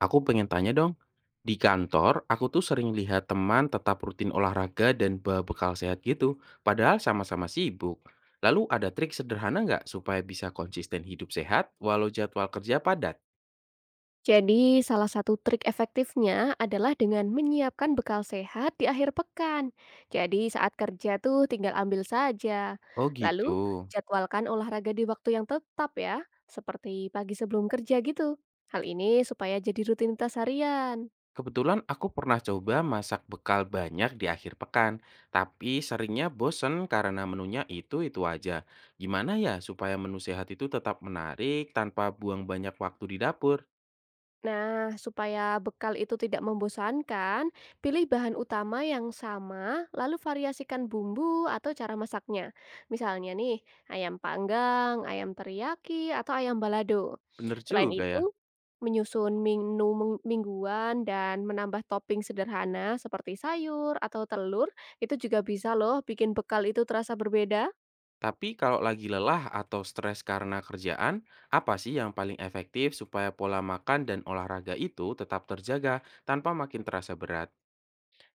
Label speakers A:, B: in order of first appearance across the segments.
A: Aku pengen tanya dong, di kantor aku tuh sering lihat teman tetap rutin olahraga dan bawa bekal sehat gitu, padahal sama-sama sibuk. Lalu ada trik sederhana nggak supaya bisa konsisten hidup sehat walau jadwal kerja padat?
B: Jadi, salah satu trik efektifnya adalah dengan menyiapkan bekal sehat di akhir pekan. Jadi, saat kerja tuh tinggal ambil saja.
A: Oh gitu.
B: Lalu, jadwalkan olahraga di waktu yang tetap ya, seperti pagi sebelum kerja gitu. Hal ini supaya jadi rutinitas harian.
A: Kebetulan aku pernah coba masak bekal banyak di akhir pekan, tapi seringnya bosen karena menunya itu-itu aja. Gimana ya supaya menu sehat itu tetap menarik tanpa buang banyak waktu di dapur?
B: Nah, supaya bekal itu tidak membosankan, pilih bahan utama yang sama, lalu variasikan bumbu atau cara masaknya. Misalnya nih, ayam panggang, ayam teriyaki, atau ayam balado.
A: Bener
B: Selain
A: juga ya.
B: itu, menyusun menu mingguan dan menambah topping sederhana seperti sayur atau telur, itu juga bisa loh bikin bekal itu terasa berbeda.
A: Tapi kalau lagi lelah atau stres karena kerjaan, apa sih yang paling efektif supaya pola makan dan olahraga itu tetap terjaga tanpa makin terasa berat?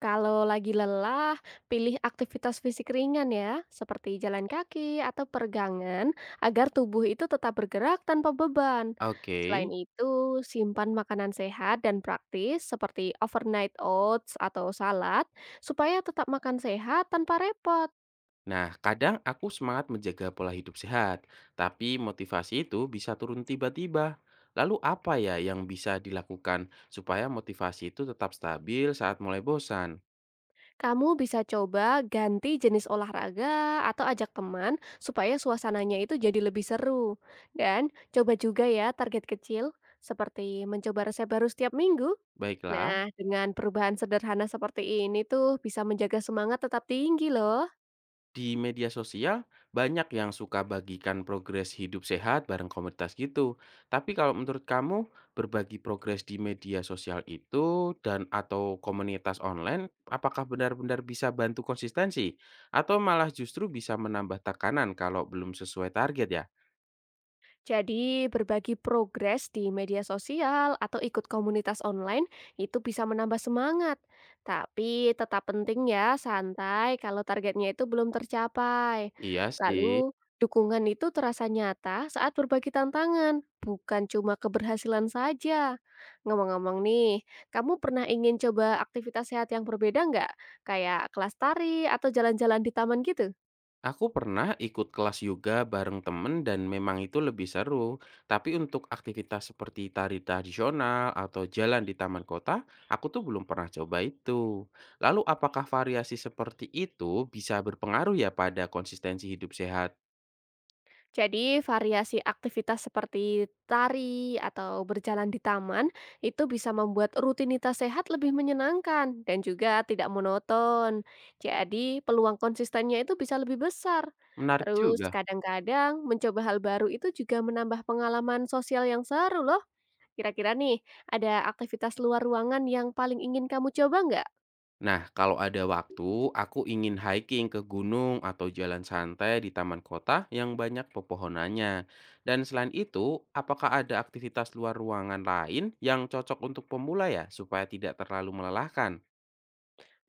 B: Kalau lagi lelah, pilih aktivitas fisik ringan ya, seperti jalan kaki atau peregangan, agar tubuh itu tetap bergerak tanpa beban.
A: Oke.
B: Selain itu, simpan makanan sehat dan praktis seperti overnight oats atau salad, supaya tetap makan sehat tanpa repot.
A: Nah, kadang aku semangat menjaga pola hidup sehat, tapi motivasi itu bisa turun tiba-tiba. Lalu apa ya yang bisa dilakukan supaya motivasi itu tetap stabil saat mulai bosan?
B: Kamu bisa coba ganti jenis olahraga atau ajak teman supaya suasananya itu jadi lebih seru. Dan coba juga ya target kecil, seperti mencoba resep baru setiap minggu.
A: Baiklah.
B: Nah, dengan perubahan sederhana seperti ini tuh bisa menjaga semangat tetap tinggi loh.
A: Di media sosial, banyak yang suka bagikan progres hidup sehat bareng komunitas gitu. Tapi kalau menurut kamu, berbagi progres di media sosial itu dan atau komunitas online, apakah benar-benar bisa bantu konsistensi? Atau malah justru bisa menambah tekanan kalau belum sesuai target ya?
B: Jadi, berbagi progres di media sosial atau ikut komunitas online itu bisa menambah semangat. Tapi tetap penting ya, santai kalau targetnya itu belum tercapai.
A: Iya sih.
B: Lalu, dukungan itu terasa nyata saat berbagi tantangan, bukan cuma keberhasilan saja. Ngomong-ngomong nih, kamu pernah ingin coba aktivitas sehat yang berbeda nggak? Kayak kelas tari atau jalan-jalan di taman gitu?
A: Aku pernah ikut kelas yoga bareng temen dan memang itu lebih seru. Tapi untuk aktivitas seperti tari tradisional atau jalan di taman kota, aku tuh belum pernah coba itu. Lalu apakah variasi seperti itu bisa berpengaruh ya pada konsistensi hidup sehat?
B: Jadi variasi aktivitas seperti tari atau berjalan di taman itu bisa membuat rutinitas sehat lebih menyenangkan dan juga tidak monoton. Jadi peluang konsistennya itu bisa lebih besar.
A: Menarik
B: Terus
A: juga.
B: kadang-kadang mencoba hal baru itu juga menambah pengalaman sosial yang seru loh. Kira-kira nih, ada aktivitas luar ruangan yang paling ingin kamu coba nggak?
A: Nah, kalau ada waktu, aku ingin hiking ke gunung atau jalan santai di taman kota yang banyak pepohonannya. Dan selain itu, apakah ada aktivitas luar ruangan lain yang cocok untuk pemula ya, supaya tidak terlalu melelahkan?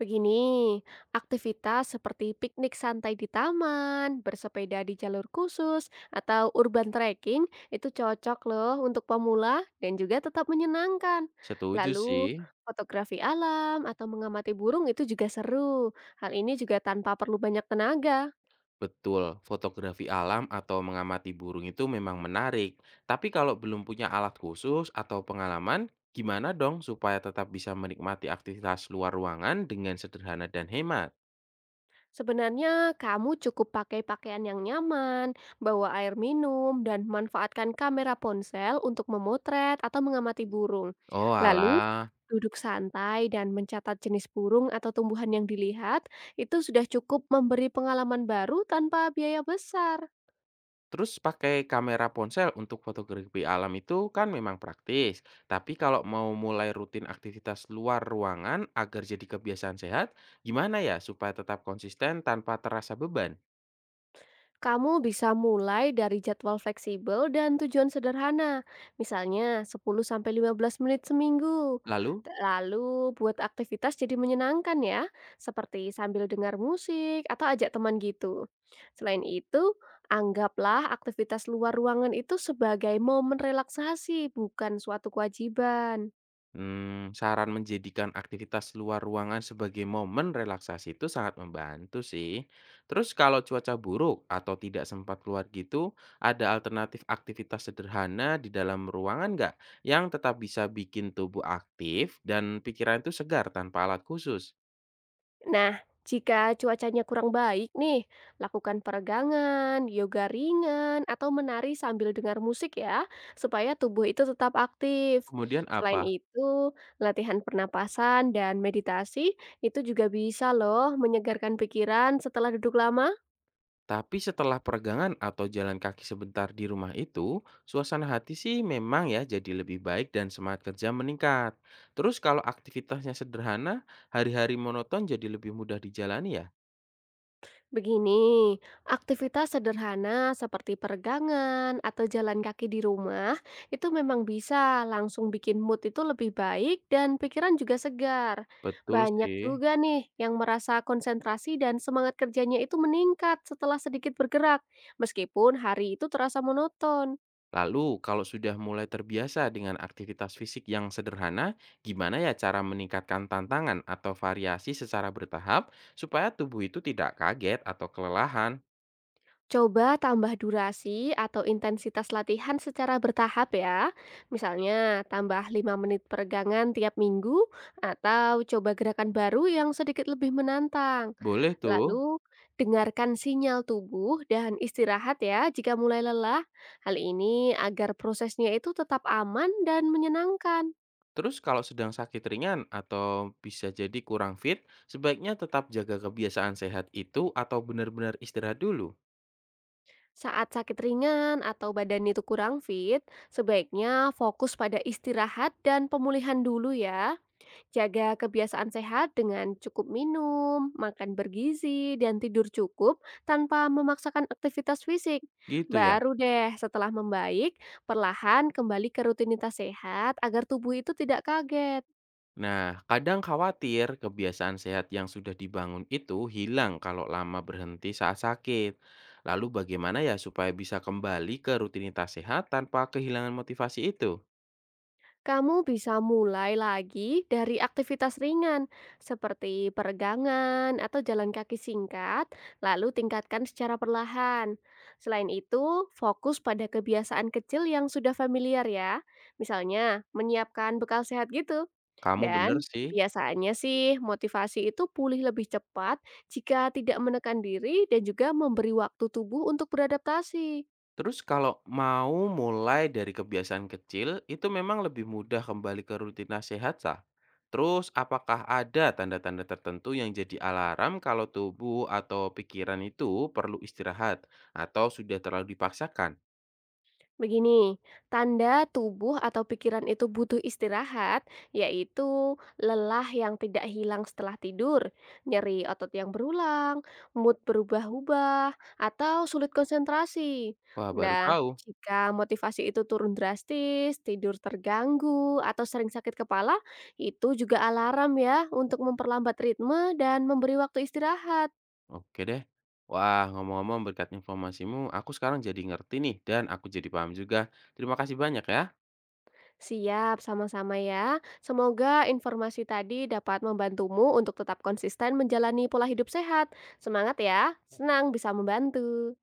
B: Begini, aktivitas seperti piknik santai di taman, bersepeda di jalur khusus, atau urban trekking itu cocok loh untuk pemula dan juga tetap menyenangkan.
A: Setuju sih.
B: Lalu, fotografi alam atau mengamati burung itu juga seru. Hal ini juga tanpa perlu banyak tenaga.
A: Betul, fotografi alam atau mengamati burung itu memang menarik. Tapi kalau belum punya alat khusus atau pengalaman, gimana dong supaya tetap bisa menikmati aktivitas luar ruangan dengan sederhana dan hemat?
B: Sebenarnya kamu cukup pakai pakaian yang nyaman, bawa air minum, dan manfaatkan kamera ponsel untuk memotret atau mengamati burung.
A: Oh
B: Lalu,
A: alah.
B: duduk santai dan mencatat jenis burung atau tumbuhan yang dilihat, itu sudah cukup memberi pengalaman baru tanpa biaya besar.
A: Terus pakai kamera ponsel untuk fotografi alam itu kan memang praktis. Tapi kalau mau mulai rutin aktivitas luar ruangan agar jadi kebiasaan sehat, gimana ya supaya tetap konsisten tanpa terasa beban?
B: Kamu bisa mulai dari jadwal fleksibel dan tujuan sederhana, misalnya 10-15 menit seminggu.
A: Lalu.
B: Lalu buat aktivitas jadi menyenangkan ya, seperti sambil dengar musik atau ajak teman gitu. Selain itu, anggaplah aktivitas luar ruangan itu sebagai momen relaksasi, bukan suatu kewajiban.
A: Saran menjadikan aktivitas luar ruangan sebagai momen relaksasi itu sangat membantu sih. Terus kalau cuaca buruk atau tidak sempat keluar gitu, ada alternatif aktivitas sederhana di dalam ruangan nggak? Yang tetap bisa bikin tubuh aktif dan pikiran itu segar tanpa alat khusus?
B: Nah, jika cuacanya kurang baik nih, lakukan peregangan, yoga ringan, atau menari sambil dengar musik ya, supaya tubuh itu tetap aktif.
A: Kemudian
B: Selain
A: apa.
B: itu, latihan pernapasan dan meditasi itu juga bisa loh menyegarkan pikiran setelah duduk lama.
A: Tapi setelah peregangan atau jalan kaki sebentar di rumah itu, suasana hati sih memang ya jadi lebih baik dan semangat kerja meningkat. Terus kalau aktivitasnya sederhana, hari-hari monoton jadi lebih mudah dijalani ya?
B: Begini, aktivitas sederhana seperti peregangan atau jalan kaki di rumah itu memang bisa langsung bikin mood itu lebih baik dan pikiran juga segar.
A: Betul
B: Banyak
A: sih.
B: juga nih yang merasa konsentrasi dan semangat kerjanya itu meningkat setelah sedikit bergerak, meskipun hari itu terasa monoton.
A: Lalu kalau sudah mulai terbiasa dengan aktivitas fisik yang sederhana, gimana ya cara meningkatkan tantangan atau variasi secara bertahap supaya tubuh itu tidak kaget atau kelelahan?
B: Coba tambah durasi atau intensitas latihan secara bertahap ya. Misalnya tambah 5 menit peregangan tiap minggu atau coba gerakan baru yang sedikit lebih menantang.
A: Boleh tuh.
B: Lalu dengarkan sinyal tubuh dan istirahat ya jika mulai lelah. Hal ini agar prosesnya itu tetap aman dan menyenangkan.
A: Terus kalau sedang sakit ringan atau bisa jadi kurang fit, sebaiknya tetap jaga kebiasaan sehat itu atau benar-benar istirahat dulu.
B: Saat sakit ringan atau badan itu kurang fit, sebaiknya fokus pada istirahat dan pemulihan dulu ya. Jaga kebiasaan sehat dengan cukup minum, makan bergizi, dan tidur cukup tanpa memaksakan aktivitas fisik.
A: Gitu ya.
B: Baru deh setelah membaik, perlahan kembali ke rutinitas sehat agar tubuh itu tidak kaget.
A: Nah, kadang khawatir kebiasaan sehat yang sudah dibangun itu hilang kalau lama berhenti saat sakit. Lalu bagaimana ya supaya bisa kembali ke rutinitas sehat tanpa kehilangan motivasi itu?
B: Kamu bisa mulai lagi dari aktivitas ringan seperti peregangan atau jalan kaki singkat, lalu tingkatkan secara perlahan. Selain itu, fokus pada kebiasaan kecil yang sudah familiar ya. Misalnya, menyiapkan bekal sehat gitu.
A: Kamu bener
B: Dan
A: sih.
B: biasanya sih motivasi itu pulih lebih cepat jika tidak menekan diri dan juga memberi waktu tubuh untuk beradaptasi.
A: Terus kalau mau mulai dari kebiasaan kecil, itu memang lebih mudah kembali ke rutinitas sehat sah. Terus apakah ada tanda-tanda tertentu yang jadi alarm kalau tubuh atau pikiran itu perlu istirahat atau sudah terlalu dipaksakan?
B: Begini, tanda tubuh atau pikiran itu butuh istirahat, yaitu lelah yang tidak hilang setelah tidur, nyeri otot yang berulang, mood berubah-ubah, atau sulit konsentrasi.
A: Wah, baru
B: Nah,
A: tahu.
B: jika motivasi itu turun drastis, tidur terganggu, atau sering sakit kepala, itu juga alarm ya untuk memperlambat ritme dan memberi waktu istirahat.
A: Oke deh. Wah, ngomong-ngomong berkat informasimu, aku sekarang jadi ngerti nih dan aku jadi paham juga. Terima kasih banyak ya.
B: Siap, sama-sama ya. Semoga informasi tadi dapat membantumu untuk tetap konsisten menjalani pola hidup sehat. Semangat ya, senang bisa membantu.